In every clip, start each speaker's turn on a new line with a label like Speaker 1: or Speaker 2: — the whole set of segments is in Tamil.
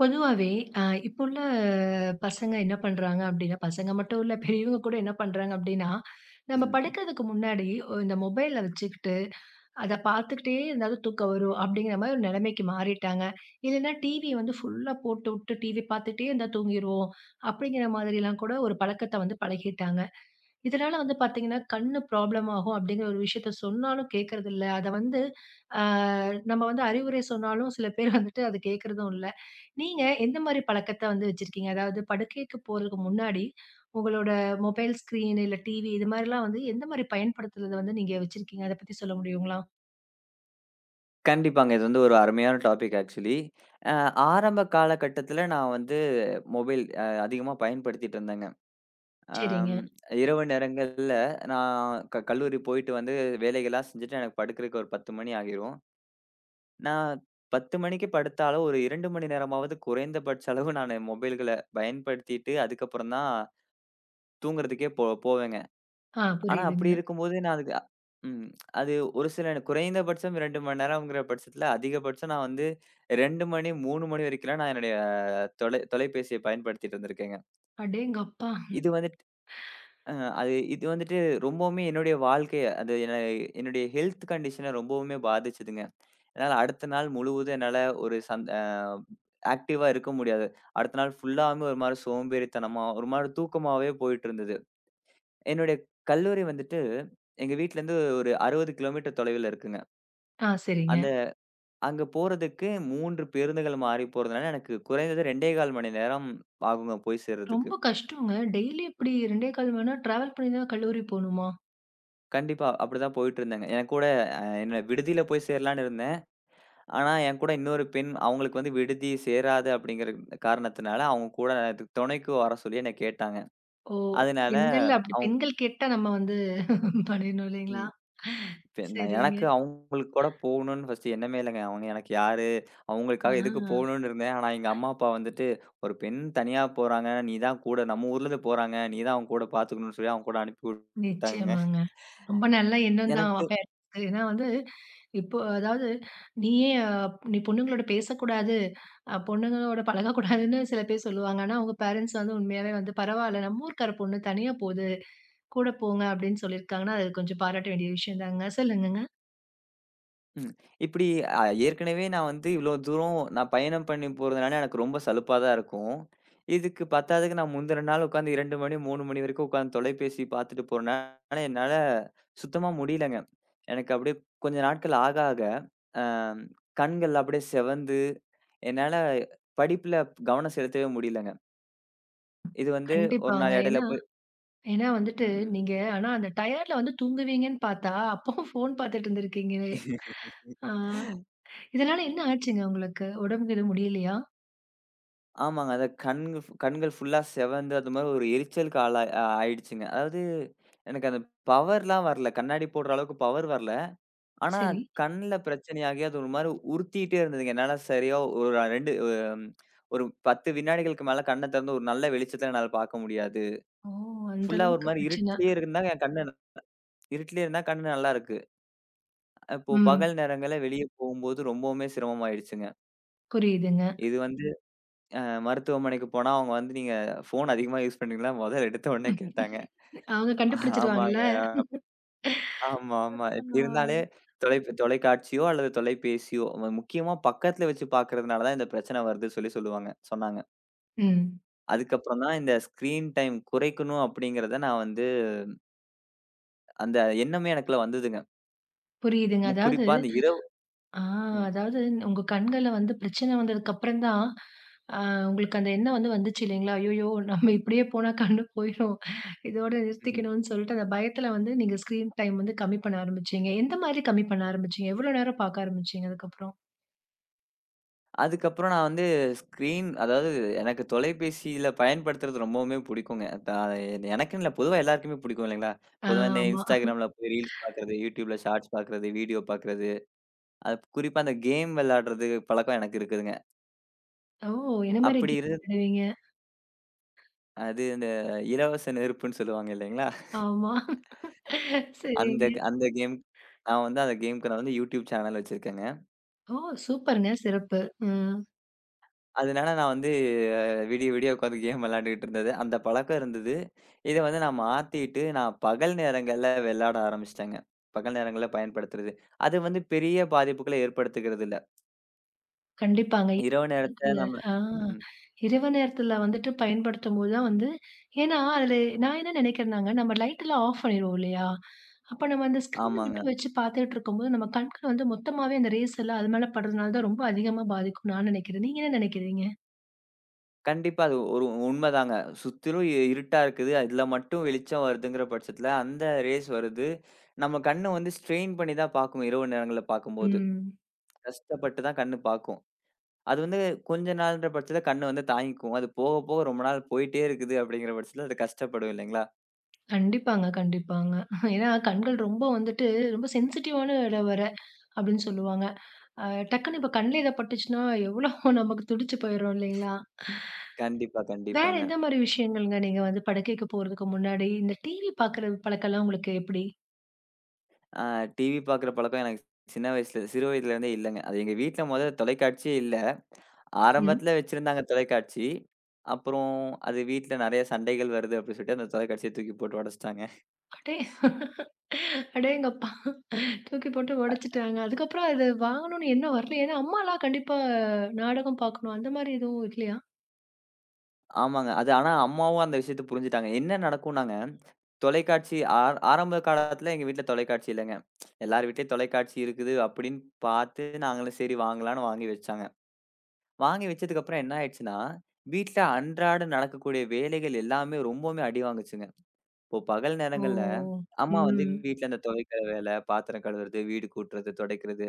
Speaker 1: பொதுவாவே, அ இப்போ உள்ள பசங்க என்ன பண்றாங்க அப்டின்னா, பசங்க மட்டும் இல்ல பெரியவங்க கூட என்ன பண்றாங்க அப்டின்னா, நம்ம
Speaker 2: ம்.
Speaker 1: படுக்கிறதுக்கு முன்னாடி இந்த மொபைல வச்சுக்கிட்டு, அத பார்த்துக்கிட்டே இருந்தாலும் தூக்கம் வரும் அப்டிங்கிற மாரி ஒரு நிலைமைக்கு மாறிட்டாங்க. இல்லன்னா டிவி வந்து ஃபுல்லா போட்டுவுட்டு டிவி பார்த்துட்டே இருந்தா தூங்கிருவோம், அப்டிங்கிற மாதிரிலாம் கூட ஒரு பழக்கத்த வந்து பழகிட்டாங்க. இதனால வந்து பார்த்தீங்கன்னா, கண்ணு ப்ராப்ளம் ஆகும் அப்படிங்கிற ஒரு விஷயத்த சொன்னாலும் கேட்கறதில்ல. அத வந்து ஆ நம்ம வந்து அறிவுரை சொன்னாலும் சில பேர் வந்துட்டு அத கேட்கறதும் இல்ல. நீங்க எந்த மாரி பழக்கத்த வந்து வச்சிருக்கீங்க? அதாவது படுக்கைக்கு போறதுக்கு முன்னாடி உங்களோட மொபைல் ஸ்க்ரீன் இல்ல டிவி இது மாரிலாம் வந்து எந்த மாரி பயன்படுத்துறத வந்து நீங்க வச்சிருக்கீங்க? அத பத்தி சொல்ல முடியுங்களா?
Speaker 2: கண்டிப்பாங்க. இது வந்து ஒரு அருமையான டாபிக் ஆக்சுவலி. அ ஆரம்ப காலகட்டத்தில நான் வந்து மொபைல் அதிகமா பயன்படுத்திட்டு இருந்தேங்க.
Speaker 1: சரிங்க.
Speaker 2: அம் இரவு நேரங்கள்ல நான் கல்லூரி போயிட்டு வந்து வேலைகள்லாம் செஞ்சுட்டு எனக்கு படுக்கிறதுக்கு ஒரு 10 மணி ஆகிரும். நான் 10 மணிக்கு படுத்தாலும் ஒரு 2 மணி நேரமாவது குறைந்தபட்ச அளவு நானு மொபைல்கள பயன்படுத்திட்டு, அதுக்கப்புறம் தான் தூங்குறதுக்கே போவேங்க.
Speaker 1: ஆ,
Speaker 2: ஆனா அப்படி
Speaker 1: புரியுதுங்க.
Speaker 2: இருக்கும்போது நான் அதுக்கு ம். அது ஒரு சில எனக்கு குறைந்தபட்சம் 2 மணி நேரம்ங்கிற பட்சத்தில, அதிகபட்சம் நான் வந்து 2 மணி, 3 மணி வரைக்கும்லாம் நான் என்னுடைய தொலைபேசிய பயன்படுத்திட்டு இருந்திருக்கேங்க.
Speaker 1: அடேங்கப்பா!
Speaker 2: இது வந்துட்டு அ அது இது வந்துட்டு ரொம்பவுமே என்னுடைய வாழ்க்கைய அது என்ன என்னுடைய ஹெல்த் கண்டிஷன ரொம்பவுமே பாதிச்சதுங்க. என்னால அடுத்த நாள் முழுவதும் என்னால ஒரு சந் அ ஆக்டிவா இருக்க முடியாது. அடுத்த நாள் ஃபுல்லாவுமே ஒரு மாரி சோம்பேறித்தனமா, ஒரு மாரி தூக்கமாவே போயிட்டு இருந்தது. என்னுடைய கல்லூரி வந்துட்டு, எங்க வீட்லருந்து ஒரு 60 கிலோமீட்டர் தொலைவில இருக்குங்க.
Speaker 1: ஆ, சரிங்க.
Speaker 2: அந்த அங்க போறதுக்கு 3 பேருந்துகள் மாறி போறதுனால, எனக்கு குறைந்தது 2 1/4 மணி நேரம் ஆகுங்க போய் சேர்றதுக்கு.
Speaker 1: ரொம்ப கஷ்டங்க. டெய்லி இப்படி 2 1/4 மணி நேரம் டிராவல் பண்ணி தான் கல்லூரி போணுமா?
Speaker 2: கண்டிப்பா. அப்படிதான் போயிட்டுருந்தேங்க. என் கூட என்ன விடுதியில போய் சேரலான்னு இருந்தேன். ஆனா, என் கூட இன்னொரு பெண் அவங்களுக்கு வந்து விடுதி சேராது அப்படிங்கிற காரணத்தினால, அவங்க கூட எனக்கு துணைக்கு வர சொல்லி என்ன கேட்டாங்க.
Speaker 1: ஓ!
Speaker 2: அதனால, அவங்க
Speaker 1: பெண்கள் கேட்டா நம்ம வந்து பண்ணிடணும் இல்லைங்களா?
Speaker 2: ம். இப்ப நான்
Speaker 1: சரிங்க.
Speaker 2: எனக்கு அவங்களுக்கு கூட போகணும்னு ஃபர்ஸ்ட் எண்ணமே இல்லங்க. அவங்க எனக்கு யாரு? அவங்களுக்காக எதுக்கு
Speaker 1: ஆ,
Speaker 2: போகணும்னு இருந்தேன். ஆனா எங்க அம்மா, அப்பா வந்துட்டு, "ஒரு பெண் தனியா போறாங்க. நீ தான் கூட நம்ம ஊர்லேருந்து போறாங்க. நீ தான் அவங்க கூட பார்த்துக்கணும்னு" சொல்லி அவங்க கூட அனுப்பி விட்டாங்கங்க.
Speaker 1: நிச்சயமாங்க. ரொம்ப நல்ல எண்ணம் தான்.
Speaker 2: எனக்கு
Speaker 1: அப்ப ஏன்னா வந்து, இப்போ அதாவது நீயே நீ பொண்ணுங்களோட பேசக்கூடாது, பொண்ணுங்களோட பழகக்கூடாதுன்னு சில பேர் சொல்லுவாங்க. ஆனா உங்க பேரன்ட்ஸ் வந்து உண்மையாவே வந்து பரவால்ல, நம்ம ஊர்க்கார பொண்ணு தனியா போது, கூட போங்க அப்படின்னு சொல்லியிருக்காங்கன்னா, அது கொஞ்சம் பாராட்ட வேண்டிய விஷயம் தாங்க. சொல்லுங்கங்க.
Speaker 2: ம். இப்டி ஏற்கனவே நான் வந்து இவ்ளோ தூரம் நான் பயணம் பண்ணி போறதுனால எனக்கு ரொம்ப சலுப்பா தான் இருக்கும். இதுக்கு பத்தாததுக்கு நான் முந்தின நாள் உட்காந்து 2 மணி, 3 மணி வரைக்கும் உட்காந்து தொலைபேசி பார்த்துட்டு போறனால என்னால சுத்தமா முடியலங்க. எனக்கு அப்டியே கொஞ்ச நாட்கள் ஆக ஆக அ கண்கள் அப்டியே செவந்து என்னால படிப்புல கவனம் செலுத்தவே முடியலங்க. இது வந்து ஒரு
Speaker 1: கண்டிப்பாங்க.
Speaker 2: நாள் இடையில
Speaker 1: ஏன்னா
Speaker 2: போய்
Speaker 1: ஏன்னா வந்துட்டு
Speaker 2: ம், ம்.
Speaker 1: நீங்க ஆனா அந்த டயர்ட்ல வந்து தூங்குவீங்கன்னு பார்த்தா, அப்பவும் ஃபோன் பார்த்துட்டு இருந்திருக்கீங்களே! ஆ. இதனால என்ன ஆச்சுங்க உங்களுக்கு? உடம்புக்கு எதுவும் முடியலையா?
Speaker 2: ஆமாங்க. அத கண்கள் ஃபுல்லா செவந்து அது மாரி ஒரு எரிச்சலுக்கு ஆளா ஆயிடுச்சுங்க. அதாவது எனக்கு அந்த பவர்லாம் வரல. கண்ணாடி போடுற அளவுக்கு பவர் வரல. ஆனா
Speaker 1: சரி.
Speaker 2: கண்ல பிரச்சனையாகி அது ஒரு மாரி உறுத்திட்டே இருந்ததுங்க. என்னால சரியா ஒரு 10 வினாடிகளுக்கு மேல கண்ண திறந்து ஒரு நல்ல வெளிச்சத்த என்னால பார்க்க முடியாது.
Speaker 1: ஓ! அந்த
Speaker 2: ஃபுல்லா ஒரு
Speaker 1: அளவுக்கு
Speaker 2: மாரி
Speaker 1: பிரச்சனை.
Speaker 2: இருட்டிலேயே இருந்தா என் கண்ணு இருட்டிலேயே இருந்தா கண்ணு நல்லா இருக்கு. இப்போ
Speaker 1: ம்.
Speaker 2: பகல் நேரங்கள்ல வெளிய போகும்போது ரொம்பவுமே சிரமமாயிடுச்சுங்க.
Speaker 1: புரியுதுங்க.
Speaker 2: இது வந்து அ மருத்துவமனைக்கு போனா, அவங்க வந்து "நீங்க ஃபோன் அதிகமா யூஸ் பண்றீங்களா?" மொதல் எடுத்த உடனே கேட்டாங்க.
Speaker 1: அவங்க கண்டுபிடிச்சுருவாங்கல்ல.
Speaker 2: ஆமாங்க. ஆமா, ஆமா. இப்டி இருந்தாலே
Speaker 1: ஆ.
Speaker 2: தொலைக்காட்சியோ அல்லது தொலைபேசியோ, முக்கியமா பக்கத்துல வச்சு பார்க்கறதுனால தான் இந்த பிரச்சனை வருதுன்னு சொல்லி சொன்னாங்க.
Speaker 1: ம்.
Speaker 2: அதுக்கப்புறம் தான் இந்த ஸ்க்ரீன் டைம் குறைக்கணும் அப்படிங்கிறத நான் வந்து அந்த எண்ணமே எனக்குள்ள வந்ததுங்க.
Speaker 1: புரியுதுங்க. அதாவது
Speaker 2: குறிப்பா அந்த இரவு
Speaker 1: ஆ அதாவது உங்க கண்கள்ல வந்து பிரச்சனை வந்ததுக்கு அப்புறம் தான், அ உங்களுக்கு அந்த எண்ணம் வந்து வந்துச்சு இல்லைங்களா? ஐயய்யோ! நம்ம இப்படியே போனா கண்ணு போயிரும். இதோட
Speaker 2: ம்.
Speaker 1: நிறுத்திக்கணும்னு சொல்லிட்டு அந்த பயத்துல வந்து நீங்க ஸ்க்ரீன் டைம் வந்து கம்மி பண்ண ஆரம்பிச்சீங்க. எந்த மாதிரி கம்மி பண்ண ஆரம்பிச்சீங்க? எவ்வளோ நேரம் பார்க்க ஆரம்பிச்சீங்க அதுக்கப்புறம்?
Speaker 2: அதுக்கப்புறம் நான் வந்து ஸ்க்ரீன் அதாவது எனக்கு தொலைபேசியில பயன்படுத்துறது ரொம்பவுமே பிடிக்குங்க. எனக்குன்னு இல்ல, பொதுவா எல்லாருக்குமே பிடிக்கும் இல்லைங்களா?
Speaker 1: ஆ.
Speaker 2: பொதுவா இந்த
Speaker 1: ஆமா.
Speaker 2: Instagramல போய் ரீல்ஸ் பார்க்கிறது, YouTubeல ஷார்ட்ஸ் பார்க்கிறது, வீடியோ பார்க்கிறது, அது குறிப்பா அந்த கேம் விளையாடுறது பழக்கம் எனக்கு இருக்குதுங்க.
Speaker 1: ஓ! என்ன மாரி
Speaker 2: அப்படி
Speaker 1: கேம்
Speaker 2: இரு
Speaker 1: விளையாடுவீங்க?
Speaker 2: அது இந்த இலவச நெருப்புன்னு சொல்லுவாங்க இல்லைங்களா?
Speaker 1: ஆமா.
Speaker 2: அந்த
Speaker 1: சரிங்க.
Speaker 2: அந்த கேம் நான் வந்து அந்த கேம்க்கு நான் வந்து YouTube சேனல் வச்சிருக்கேங்க.
Speaker 1: ஓ! சூப்பருங்க. சிறப்பு. ம்.
Speaker 2: அதனால நான் வந்து விடிய விடிய உட்காந்து கேம் விளையாண்டுகிட்டு இருந்தது. அந்த பழக்கம் இருந்தது. இத வந்து நான் மாத்திட்டு, நான் பகல் நேரங்கள்ல விளையாட ஆரம்பிச்சுட்டேங்க. பகல் நேரங்கள்ல பயன்படுத்துறது. அது வந்து பெரிய பாதிப்புகள ஏற்படுத்துகிறது இல்ல.
Speaker 1: கண்டிப்பாங்க.
Speaker 2: இரவு
Speaker 1: இரவு
Speaker 2: நேரத்த
Speaker 1: நேரத்துல
Speaker 2: நம்ம
Speaker 1: ஆ
Speaker 2: ம்.
Speaker 1: இரவு நேரத்தில வந்துட்டு பயன்படுத்தும்போது தான் வந்து ஏன்னா அதில நான் என்ன நினைக்கிறேன்னாங்க, நம்ம லைட்லாம் ஆஃப் பண்ணிருவோம் இல்லையா? அப்ப நம்ம அந்த ஸ்க்ரீன
Speaker 2: ஆமாங்க.
Speaker 1: மட்டும் வச்சு பார்த்துட்டு இருக்கும்போது, நம்ம கண்கள் வந்து மொத்தமாவே அந்த ரேஸ் எல்லாம் அது மேல படுறதுனால தான் ரொம்ப அதிகமா பாதிக்கும்னு நான் நினைக்கிறேன். நீங்க என்ன நினைக்கிறீங்க?
Speaker 2: கண்டிப்பா அது ஒரு உண்மதாங்க. சுத்திலும் இருட்டா இருக்குது. அதுல மட்டும் வெளிச்சம் வருதுங்கிற பட்சத்துல, அந்த ரேஸ் வருது. நம்ம கண்ணு வந்து ஸ்ட்ரெயின் பண்ணி தான் பாக்கும். இரவு நேரங்கள்ல பாக்கும்போது.
Speaker 1: ம்.
Speaker 2: கஷ்டப்பட்டு தான் கண்ணு பாக்கும். அது வந்து கொஞ்ச நாள்ன்ற பட்சத்தில கண்ணு வந்து தாங்கிக்கும். அது போக, போக ரொம்ப நாள் போயிட்டே இருக்குது அப்படிங்கிற பட்சத்தில அது கஷ்டப்படும் இல்லைங்களா?
Speaker 1: கண்டிப்பாங்க, கண்டிப்பாங்க. ஏன்னா கண்கள் ரொம்ப வந்துட்டு ரொம்ப சென்சிட்டிவான இடம் வேற, அப்படின்னு சொல்லுவாங்க. டக்குன்னு இப்ப கண்ல எதா பட்டுச்சுன்னா, எவ்ளோ நமக்கு துடிச்சு போயிரும் இல்லைங்களா?
Speaker 2: கண்டிப்பா,
Speaker 1: வேற
Speaker 2: கண்டிப்பாங்க.
Speaker 1: எந்த மாரி விஷயங்கள்ங்க நீங்க வந்து படுக்கைக்கு போறதுக்கு முன்னாடி, இந்த டிவி பாக்குற பழக்கம்லாம் உங்களுக்கு எப்படி?
Speaker 2: ஆ டிவி பார்க்குற பழக்கம் எனக்கு சின்ன வயசுல சிறு வயதிலேருந்தே இல்லங்க. அது எங்க வீட்ல மொதல்ல தொலைக்காட்சியே இல்ல.
Speaker 1: ம்.
Speaker 2: ஆரம்பத்தில வச்சிருந்தாங்க தொலைக்காட்சி. அப்புறம் அது வீட்ல நெறைய சண்டைகள் வருது அப்படின்னு சொல்லிட்டு அந்த தொலைக்காட்சிய தூக்கி போட்டு உடைச்சுட்டாங்க.
Speaker 1: அடே அடேங்கப்பா! தூக்கி போட்டு உடைச்சுட்டாங்க. அதுக்கப்புறம் அது வாங்கணும்னு எண்ணம் வரல. ஏன்னா, அம்மாலாம் கண்டிப்பா நாடகம் பாக்கணும். அந்த மாரி எதுவும் இல்லையா?
Speaker 2: ஆமாங்க. அது ஆனா அம்மாவும் அந்த விஷயத்த புரிஞ்சுட்டாங்க. என்ன நடக்கும்னாங்க, தொலைக்காட்சி ஆரம்ப காலத்துல எங்க வீட்ல தொலைக்காட்சி இல்லங்க. எல்லார் வீட்லயும் தொலைக்காட்சி இருக்குது அப்படின்னு பார்த்து, நாங்களும் சரி வாங்கலாம்ன்னு வாங்கி வச்சாங்க. வாங்கி வச்சதுக்கப்புறம் என்ன ஆயிடுச்சுன்னா, வீட்ல அன்றாட நடக்கக்கூடிய வேலைகள் எல்லாமே ரொம்பவுமே அடி வாங்குச்சுங்க. இப்போ பகல்
Speaker 1: ஓ!
Speaker 2: நேரங்கள்ல, அம்மா வந்து
Speaker 1: ம்.
Speaker 2: வீட்ல இந்த துவைக்கிற வேலை, பாத்திரம் கழுவுறது, வீடு கூட்டுறது, துடைக்கிறது,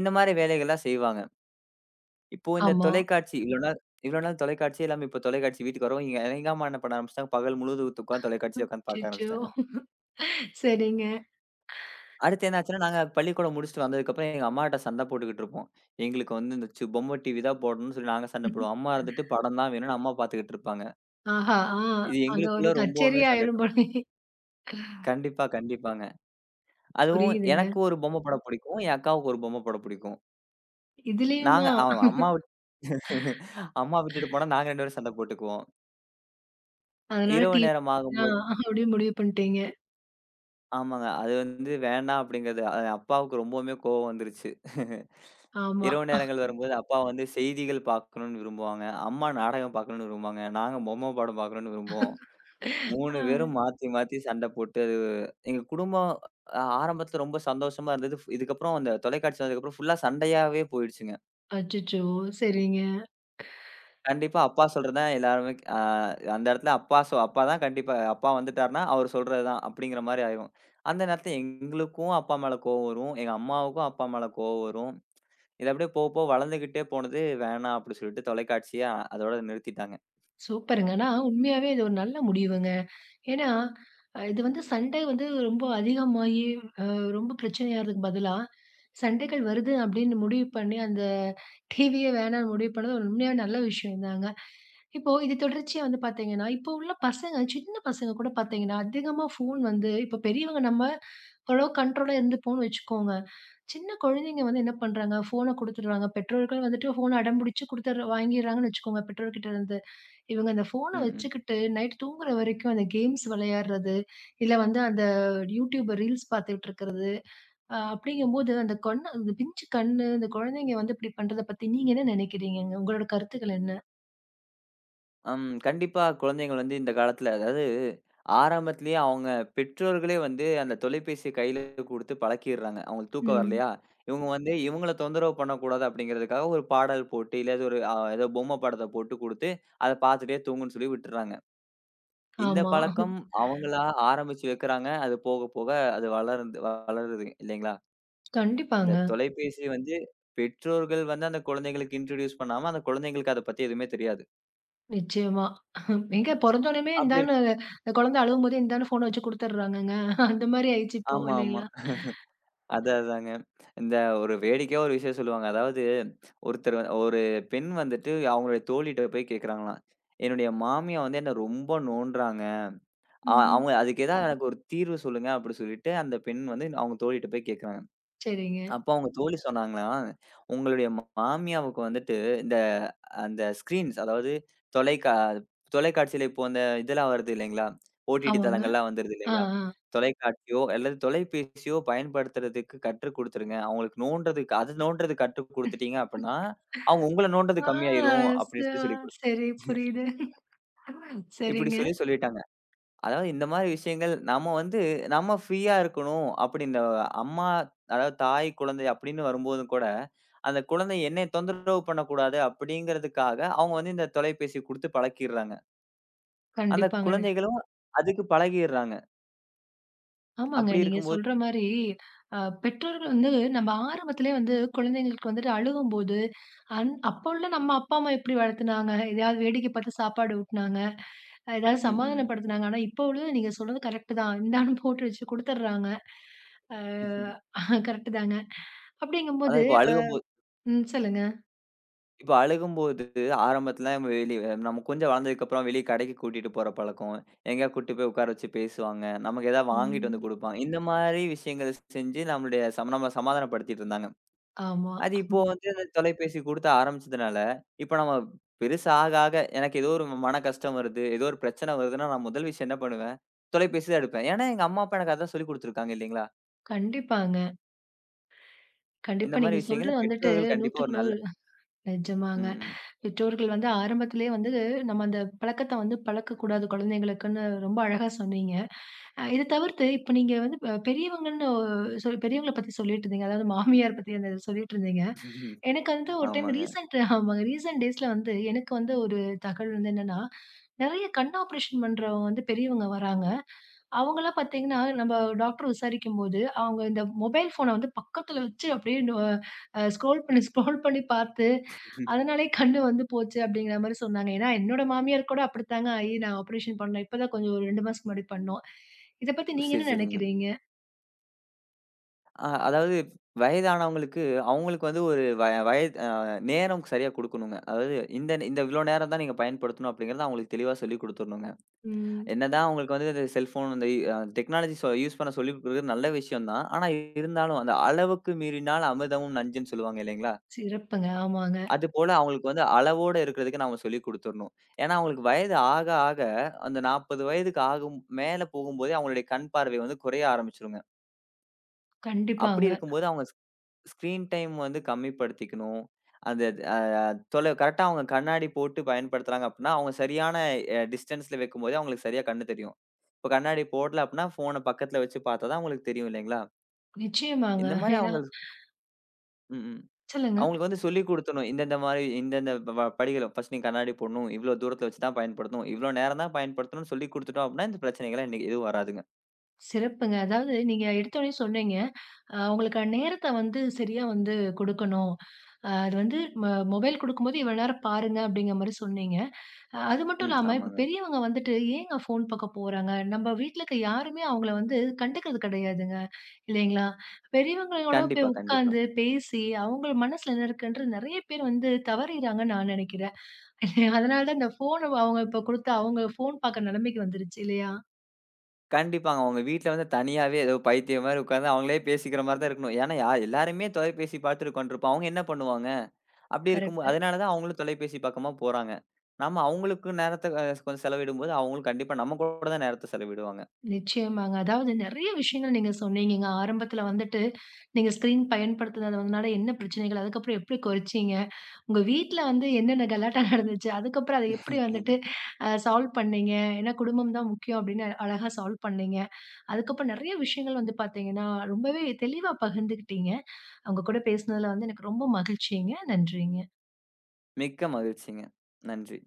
Speaker 2: இந்த மாரி வேலைகள்லாம் செய்வாங்க. இப்போ இந்த
Speaker 1: ஆமா.
Speaker 2: தொலைக்காட்சி இவ்வளோ நாள் தொலைக்காட்சி எல்லாமே இப்போ தொலைக்காட்சி வீட்டுக்கு வரும். எங்க எங்க அம்மா என்ன பண்ண ஆரம்பிச்சுட்டாங்க, பகல் முழுவதும் உட்காந்து தொலைக்காட்சியில உட்காந்து பார்க்க
Speaker 1: அச்சச்சோ!
Speaker 2: ஆரம்பிச்சுட்டாங்க.
Speaker 1: சரிங்க.
Speaker 2: அடுத்து என்ன ஆச்சுன்னா, நாங்க பள்ளிக்கூடம் முடிச்சுட்டு வந்ததுக்கப்புறம் எங்க அம்மாட்ட சண்டை போட்டுக்கிட்டு இருப்போம். எங்களுக்கு வந்து இந்த பொம்மை டிவி தான் போடணும்னு சொல்லி நாங்க சண்டை போடுவோம். அம்மா இருந்துட்டு படம் தான் வேணும்னு அம்மா பார்த்துக்கிட்டு இருப்பாங்க.
Speaker 1: ஆஹா! ஆ,
Speaker 2: இது
Speaker 1: அங்க ஒரு
Speaker 2: எங்களுக்குள்ள
Speaker 1: கச்சேரி
Speaker 2: ரொம்பவுமே
Speaker 1: ஆயிரும்
Speaker 2: சங்கட்டம்.
Speaker 1: போலயே.
Speaker 2: கண்டிப்பா, கண்டிப்பாங்க. அதுவும்
Speaker 1: புரியுதுங்க.
Speaker 2: எனக்கு ஒரு பொம்மை படம் பிடிக்கும். என் அக்காவுக்கு ஒரு பொம்மை படம் பிடிக்கும். நாங்க
Speaker 1: இதுலயுமா
Speaker 2: அம்மா விட்டு அம்மா விட்டுட்டு போனா நாங்க 2 பேரும் சண்டை போட்டுக்குவோம்.
Speaker 1: அதனால
Speaker 2: இரவு
Speaker 1: டிவி
Speaker 2: நேரம்
Speaker 1: ஆ
Speaker 2: ஆகும்போது
Speaker 1: அப்டியே முடிவு பண்ணிட்டீங்க.
Speaker 2: ஆமாங்க. அது வந்து வேண்டாம் அப்படிங்கிறது அது அப்பாவுக்கு ரொம்பவுமே கோவம் வந்துருச்சு.
Speaker 1: ஆமா.
Speaker 2: இரவு நேரங்கள் வரும்போது அப்பா வந்து செய்திகள் பார்க்கணும்னு விரும்புவாங்க. அம்மா நாடகம் பார்க்கணும்னு விரும்புவாங்க. நாங்க பொம்மை படம் பார்க்கணும்னு விரும்புவோம். 3
Speaker 1: ஆ.
Speaker 2: பேரும் மாத்தி, மாத்தி சண்ட போட்டு அது எங்க குடும்பம் ஆரம்பத்துல ரொம்ப சந்தோஷமா இருந்தது. இதுக்கப்புறம் அந்த தொலைக்காட்சி வந்ததுக்கப்புறம் ஃபுல்லா சண்டையாவே போயிடுச்சுங்க.
Speaker 1: அச்சச்சோ! சரிங்க.
Speaker 2: கண்டிப்பா அப்பா சொல்றது தான் எல்லாருமே அந்த இடத்துல அப்பா தான் கண்டிப்பா அப்பா வந்துட்டாருன்னா, அவரு சொல்றது தான் அப்படிங்கிற மாரி ஆயிரும். அந்த நேரத்துல எங்களுக்கும் அப்பா மேல கோவம் வரும். எங்க அம்மாவுக்கும் அப்பா மேல கோவம் வரும். இது அப்படியே போக போக வளர்ந்துகிட்டே போனது வேணாம் அப்படின்னு சொல்லிட்டு தொலைக்காட்சிய அதோட நிறுத்திட்டாங்க.
Speaker 1: சூப்பருங்க. ஆனா உண்மையாவே இது ஒரு நல்ல முடிவுங்க. ஏன்னா, இது வந்து சண்டை வந்து ரொம்ப அதிகமாகி அ ரொம்ப பிரச்சனையாறதுக்கு பதிலா, சண்டைகள் வருது அப்டின்னு முடிவு பண்ணி, அந்த டிவியே வேணான்னு முடிவு பண்ணது உண்மையா நல்ல விஷயம் தாங்க. இப்போ இது தொடர்ச்சியா வந்து பார்த்தீங்கன்னா, இப்போ உள்ள பசங்க சின்ன பசங்க கூட பார்த்தீங்கன்னா, அதிகமா ஃபோன் வந்து இப்போ பெரியவங்க நம்ம ஓரளவு கண்ட்ரோலா இருந்துப்போம்னு வச்சுக்கோங்க. சின்ன குழந்தைங்க வந்து என்ன பண்றாங்க, ஃபோன குடுத்துடுறாங்க. பெற்றோர்கள் வந்துட்டு ஃபோன அடம்பிடிச்சு குடுத்துற வாங்கிர்றாங்கன்னு வச்சுக்கோங்க பெற்றோர்கிட்ட இருந்து. இவங்க அந்த ஃபோன
Speaker 2: ம். ம்.
Speaker 1: வச்சுக்கிட்டு நைட் தூங்குற வரைக்கும் அந்த கேம்ஸ் விளையாடுறது, இல்ல வந்து அந்த YouTube ரீல்ஸ் பார்த்துட்டு இருக்கிறது, அப்படிங்கும்போது அந்த கண்ணு அந்த பிஞ்சு கண்ணு, அந்த குழந்தைங்க வந்து இப்படி பண்றத பத்தி நீங்க என்ன நினைக்கிறீங்கங்க? உங்களோட கருத்துக்கள் என்ன?
Speaker 2: கண்டிப்பா குழந்தைகள் வந்து இந்த காலத்துல அதாவது ஆரம்பத்திலேயே அவங்க பெற்றோர்களே வந்து அந்த தொலைபேசிய கையில குடுத்து பழக்கிடுறாங்க. அவங்களுக்கு தூக்கம்
Speaker 1: ம்.
Speaker 2: வரலையா? இவங்க வந்து இவங்கள தொந்தரவு பண்ணக்கூடாது அப்படிங்கிறதுக்காக ஒரு பாடல் போட்டு, இல்ல ஏதோ ஒரு ஏதோ பொம்மை படத்த போட்டு குடுத்து, அத பார்த்துட்டே தூங்குன்னு சொல்லி விட்டுர்றாங்க. இந்த
Speaker 1: ஆமா.
Speaker 2: பழக்கம் அவங்களா ஆரம்பிச்சு வைக்கிறாங்க. அது போக போக அது வளர்ந்து வளருது இல்லைங்களா? அந்த
Speaker 1: கண்டிப்பாங்க.
Speaker 2: தொலைபேசி வந்து பெற்றோர்கள் வந்து அந்த குழந்தைகளுக்கு இன்ட்ரோடியூஸ் பண்ணாம, அந்த குழந்தைங்களுக்கு அத பத்தி எதுவுமே தெரியாது.
Speaker 1: நிச்சயமா. எங்க பொறந்தோனமே
Speaker 2: அப்படி
Speaker 1: இந்தான்னு
Speaker 2: இருக்
Speaker 1: அந்த குழந்தை அழுவும்போதே இந்தான்னு ஃபோன வச்சு குடுத்துர்றாங்கங்க. அந்த மாரி ஆயிடுச்சு இப்போ
Speaker 2: ஆமாமா.
Speaker 1: இல்லைங்களா?
Speaker 2: அதான், அதாங்க. இந்த ஒரு வேடிக்கையா ஒரு விஷயம் சொல்லுவாங்க. அதாவது ஒரு பெண் வந்துட்டு அவங்களுடைய தோழிட்ட போய் கேட்கிறாங்களாம். "என்னுடைய மாமியா வந்து என்ன ரொம்ப நோண்டுறாங்க.
Speaker 1: ம்.
Speaker 2: அவங்க அதுக்கு ஏதாவது ஆமா. எனக்கு ஒரு தீர்வு சொல்லுங்க" அப்படி சொல்லிட்டு அந்த பெண் வந்து அவங்க தோழிட்ட போய் கேட்கிறாங்க.
Speaker 1: சரிங்க.
Speaker 2: அப்போ அவங்க தோழி சொன்னாங்களாம், "உங்களுடைய மாமியாவுக்கு வந்துட்டு இந்த அந்த ஸ்க்ரீன்ஸ் அதாவது தொலைக்கா தொலைக்காட்சியில இப்போ அந்த இதெல்லாம் வருது இல்லைங்களா? ஓடிடி
Speaker 1: ஆமாங்க.
Speaker 2: தளங்கள்லாம் வந்துருது
Speaker 1: ஆ,
Speaker 2: இல்லைங்களா?
Speaker 1: ஆ.
Speaker 2: தொலைக்காட்சியோ அல்லது தொலைபேசியோ பயன்படுத்துறதுக்கு கற்றுக் குடுத்துருங்க. அவங்களுக்கு நோன்றதுக்கு அது நோன்றது கற்றுக் குடுத்துட்டீங்க அப்படின்னா, அவங்க உங்கள நோன்றது
Speaker 1: ஆ
Speaker 2: கம்மியாயிரும்"
Speaker 1: ச
Speaker 2: அப்படின்னு சொல்லி சொல்லிக் குடு
Speaker 1: சரி, புரியுது.
Speaker 2: இப்படி
Speaker 1: சரிங்க.
Speaker 2: சொல்லி சொல்லிட்டாங்க. அதாவது இந்த மாரி விஷயங்கள் நம்ம ஃப்ரீயா இருக்கணும். அப்படி இந்த அம்மா அதாவது தாய், குழந்தை அப்படின்னு வரும்போதும் கூட, அந்த குழந்தை என்னை தொந்தரவு பண்ணக்கூடாது அப்படிங்கிறதுக்காக, அவங்க வந்து இந்த தொலைபேசி குடுத்து பழக்கிடுறாங்க. அந்த
Speaker 1: கண்டிப்பாங்கண்ண.
Speaker 2: குழந்தைகளும் அதுக்கு பழகிடுறாங்க.
Speaker 1: ஆமாங்க.
Speaker 2: அப்படி
Speaker 1: நீங்க
Speaker 2: இருக்கும்போது
Speaker 1: சொல்ற மாரி பெற்றோர்கள் வந்து நம்ம ஆரம்பத்திலேயே வந்து குழந்தைங்களுக்கு வந்துட்டு அழுவும்போது, அப்ப உள்ள நம்ம அப்பா, அம்மா எப்படி வளர்த்துனாங்க? எதையாவது வேடிக்கை பார்த்து சாப்பாடு ஊட்டுனாங்க. ஏதாவது
Speaker 2: ம், ம்.
Speaker 1: சமாதானப்படுத்துனாங்க. ஆனா, இப்ப உள்ளது நீங்க சொன்னது கரெக்ட் தான். இந்தான்னு போட்டு வச்சு குடுத்துடுறாங்க. அ கரெக்ட் தாங்க. அப்படிங்கும்போது
Speaker 2: அதான் இப்போ அழுகும்
Speaker 1: ம், சொல்லுங்க.
Speaker 2: இப்ப அழுகும்போது, ஆரம்பத்துல நம்ம கொஞ்சம் வளர்ந்ததுக்கப்புறம் வெளிய கடைக்கு கூட்டிட்டு போற பழக்கம், எங்கேயா கூட்டிட்டு போய் உட்கார வச்சு பேசுவாங்க. நமக்கு ஏதாவது வாங்கிட்டு வந்து
Speaker 1: ம்.
Speaker 2: குடுப்பாங்க. இந்த மாரி விஷயங்கள் செஞ்சு நம்ம சமாதானப்படுத்திட்டு இருந்தாங்க.
Speaker 1: ஆமா.
Speaker 2: அது இப்போ வந்து அந்த தொலைபேசி குடுத்து ஆரம்பிச்சதுனால, இப்ப நம்ம பெருசா ஆக ஆக எனக்கு ஏதோ ஒரு மன கஷ்டம் வருது, ஏதோ ஒரு பிரச்சனை வருதுன்னா, நான் முதல் விஷயம் என்ன பண்ணுவேன், தொலைபேசி தான் எடுப்பேன். ஏன்னா எங்க அம்மா, அப்பா எனக்கு அதான் சொல்லிக் குடுத்துருக்காங்க இல்லீங்களா?
Speaker 1: கண்டிப்பாங்க.
Speaker 2: இந்த
Speaker 1: கண்டிப்பா நீங்க
Speaker 2: மாரி விஷயங்கள
Speaker 1: சொல்றது வந்துட்டு
Speaker 2: பெற்றோர்கள் கண்டிப்பா ஒரு
Speaker 1: 100க்கு
Speaker 2: நல்ல
Speaker 1: 100 நிஜமாங்க.
Speaker 2: ம், ம்.
Speaker 1: பெற்றோர்கள் வந்து ஆரம்பத்திலேயே வந்து நம்ம அந்த பழக்கத்த வந்து பழக்கக்கூடாது குழந்தைங்களுக்குன்னு ரொம்ப அழகா சொன்னீங்க. இத தவிர்த்து இப்ப நீங்க வந்து பெரியவங்கன்னு பெரியவங்கள பத்தி சொல்லிட்டு இருந்தீங்க. அதாவது மாமியார் பத்தி அந்த சொல்லிட்டு இருந்தீங்க. எனக்கு வந்து ஒரு டைம்
Speaker 2: ஆமாங்க.
Speaker 1: ரீசென்ட் ஆமாங்க. ரீசென்ட் டேஸ்ல வந்து எனக்கு வந்து ஒரு தகவல் வந்து என்னன்னா, நெறைய கண் ஆப்ரேஷன் பண்றவங்க வந்து பெரியவங்க வராங்க. அவங்கலாம் பார்த்தீங்கன்னா, நம்ம டாக்டர் விசாரிக்கும்போது, அவங்க இந்த மொபைல் ஃபோன வந்து பக்கத்துல வச்சு அப்படியே நொ அ ஸ்க்ரோல் பண்ணி ஸ்க்ரோல் பண்ணி பார்த்து, அதனாலேயே கண்ணு வந்து போச்சு அப்படிங்கிற மாரி சொன்னாங்க. ஏன்னா, என்னோட மாமியார் கூட அப்படித்தாங்க ஆயி நான் ஆப்ரேஷன் பண்ணேன். இப்ப தான் கொஞ்சம் ஒரு 2 மாசத்துக்கு முன்னாடி பண்ணோம். இத பத்தி நீங்க
Speaker 2: சரி,
Speaker 1: என்ன
Speaker 2: சரிங்க.
Speaker 1: நெனைக்கிறீங்க?
Speaker 2: அதாவது வயதானவங்களுக்கு, அவங்களுக்கு வந்து ஒரு வயது நேரம் சரியா குடுக்கணுங்க. அதாவது இந்த இந்த இவ்ளோ நேரம் தான் நீங்க பயன்படுத்தணும் அப்படிங்கிறத அவங்களுக்கு தெளிவா சொல்லிக் குடுத்துரணுங்க.
Speaker 1: ம்.
Speaker 2: என்னதான் அவங்களுக்கு வந்து இந்த செல்ஃபோன் இந்த டெக்னாலஜி யூஸ் பண்ண சொல்லிக் குடுக்குறது நல்ல விஷயம் தான். ஆனா இருந்தாலும் அந்த அளவுக்கு மீறினால் அமிர்தமும் நஞ்சுன்னு சொல்லுவாங்க இல்லைங்களா?
Speaker 1: சிறப்புங்க. ஆமாங்க.
Speaker 2: அதுபோல அவங்களுக்கு வந்து அளவோட இருக்கிறதுக்கு நாம சொல்லிக் குடுத்துரணும். ஏன்னா அவங்களுக்கு வயது ஆக ஆக அந்த 40 வயதுக்கு ஆகும் மேல போகும்போதே அவங்களுடைய கண் பார்வை வந்து குறைய ஆரம்பிச்சுருங்க. அப்படி
Speaker 1: கண்டிப்பாங்க.
Speaker 2: இருக்கும்போது அவங்க ஸ்க்ரீன் டைம் வந்து கம்மிப்படுத்திக்கணும். அந்த அ தொலை கரெக்ட்டா அவங்க கண்ணாடி போட்டு பயன்படுத்துறாங்க அப்டின்னா, அவங்க சரியான டிஸ்டன்ஸ்ல வைக்கும்போதே அவங்களுக்கு சரியா கண்ணு தெரியும். இப்ப கண்ணாடி போடல அப்டின்னா, ஃபோன பக்கத்துல வச்சு பார்த்தா தான் அவங்களுக்கு தெரியும் இல்லைங்களா?
Speaker 1: நிச்சயமாங்க.
Speaker 2: இந்த மாரி
Speaker 1: ஏன்னா
Speaker 2: அவங்களுக்கு ம், ம்.
Speaker 1: சொல்லுங்க.
Speaker 2: அவங்களுக்கு வந்து சொல்லிக் குடுத்தணும். இந்தந்த மாரி இந்தந்த வ வ படிகள ஃபர்ஸ்ட் நீ கண்ணாடி போடணும். இவ்ளோ தூரத்துல வச்சு தான் பயன்படுத்தணும். இவ்ளோ நேரம் தான் பயன்படுத்தணும்னு சொல்லிக் குடுத்துட்டோம் அப்டின்னா, இந்த பிரச்சனைகள்லாம் இன்னைக்கு எதுவும் வராதுங்க.
Speaker 1: சிறப்புங்க. அதாவது நீங்க எடுத்தோனே சொன்னீங்க, உங்களுக்கு நேரத்த வந்து சரியா வந்து குடுக்கணும். அது வந்து ம மொபைல் குடுக்கும்போது இவ்வளோ நேரம் பாருங்க அப்படிங்கிற மாரி சொன்னீங்க. அது மட்டும்
Speaker 2: ம்.
Speaker 1: இல்லாம இப்ப
Speaker 2: ஆமாங்க.
Speaker 1: பெரியவங்க வந்துட்டு ஏங்க ஃபோன் பக்கம் போறாங்க? நம்ம வீட்ல இருக்க யாருமே அவங்கள வந்து கண்டுக்கிறது கிடையாதுங்க, இல்லைங்களா? பெரியவங்களோட போய்
Speaker 2: கண்டிப்பா, கண்டிப்பா.
Speaker 1: உட்கார்ந்து பேசி அவங்க மனசுல என்ன இருக்குன்ற நெறைய பேர் வந்து தவறிறாங்கன்னு நான் நெனைக்கிறேன். அதனால தான் இந்த ஃபோன அவங்க இப்ப குடுத்தா அவங்க ஃபோன் பாக்குற நிலைமைக்கு வந்துருச்சு இல்லையா?
Speaker 2: கண்டிப்பாங்க. அவங்க வீட்ல வந்து தனியாவே ஏதோ பைத்தியம் மாரி உட்கார்ந்து அவங்களே பேசிக்கிற மாரி தான் இருக்கணும். ஏன்னா எல்லாருமே தொலைபேசி பார்த்துட்டு உட்காந்துருப்போம். அவங்க என்ன பண்ணுவாங்க? அப்படி இருக்கும்போ
Speaker 1: கரெக்ட்.
Speaker 2: அதனால தான் அவங்களும் தொலைபேசி பக்கமா போறாங்க. நம்ம அவங்களுக்கு நேரத்த கொஞ்சம் செலவிடும்போது, அவங்களும் கண்டிப்பா நம்ம கூட தான் நேரத்த செலவிடுவாங்க.
Speaker 1: நிச்சயமாங்க. அதாவது நெறைய விஷயங்கள் நீங்க சொன்னீங்கங்க. ஆரம்பத்துல வந்துட்டு, நீங்க ஸ்க்ரீன் பயன்படுத்துனதுனால என்ன பிரச்சனைகள்? அதுக்கப்புறம் எப்படி குறைச்சீங்க? உங்க வீட்ல வந்து என்னென்ன கலாட்டா நடந்துச்சு? அதுக்கப்புறம் அத எப்படி வந்துட்டு சால்வ் பண்ணீங்க? ஏன்னா குடும்பம் தான் முக்கியம் அப்படின்னு அழகா சால்வ் பண்ணீங்க. அதுக்கப்புறம் நெறைய விஷயங்கள் வந்து பாத்தீங்கன்னா, ரொம்பவே தெளிவா பகிர்ந்துக்கிட்டீங்க. உங்க கூட பேசுனதுல வந்து எனக்கு ரொம்ப மகிழ்ச்சிங்க. நன்றிங்க.
Speaker 2: மிக்க மகிழ்ச்சிங்க. நன்றி.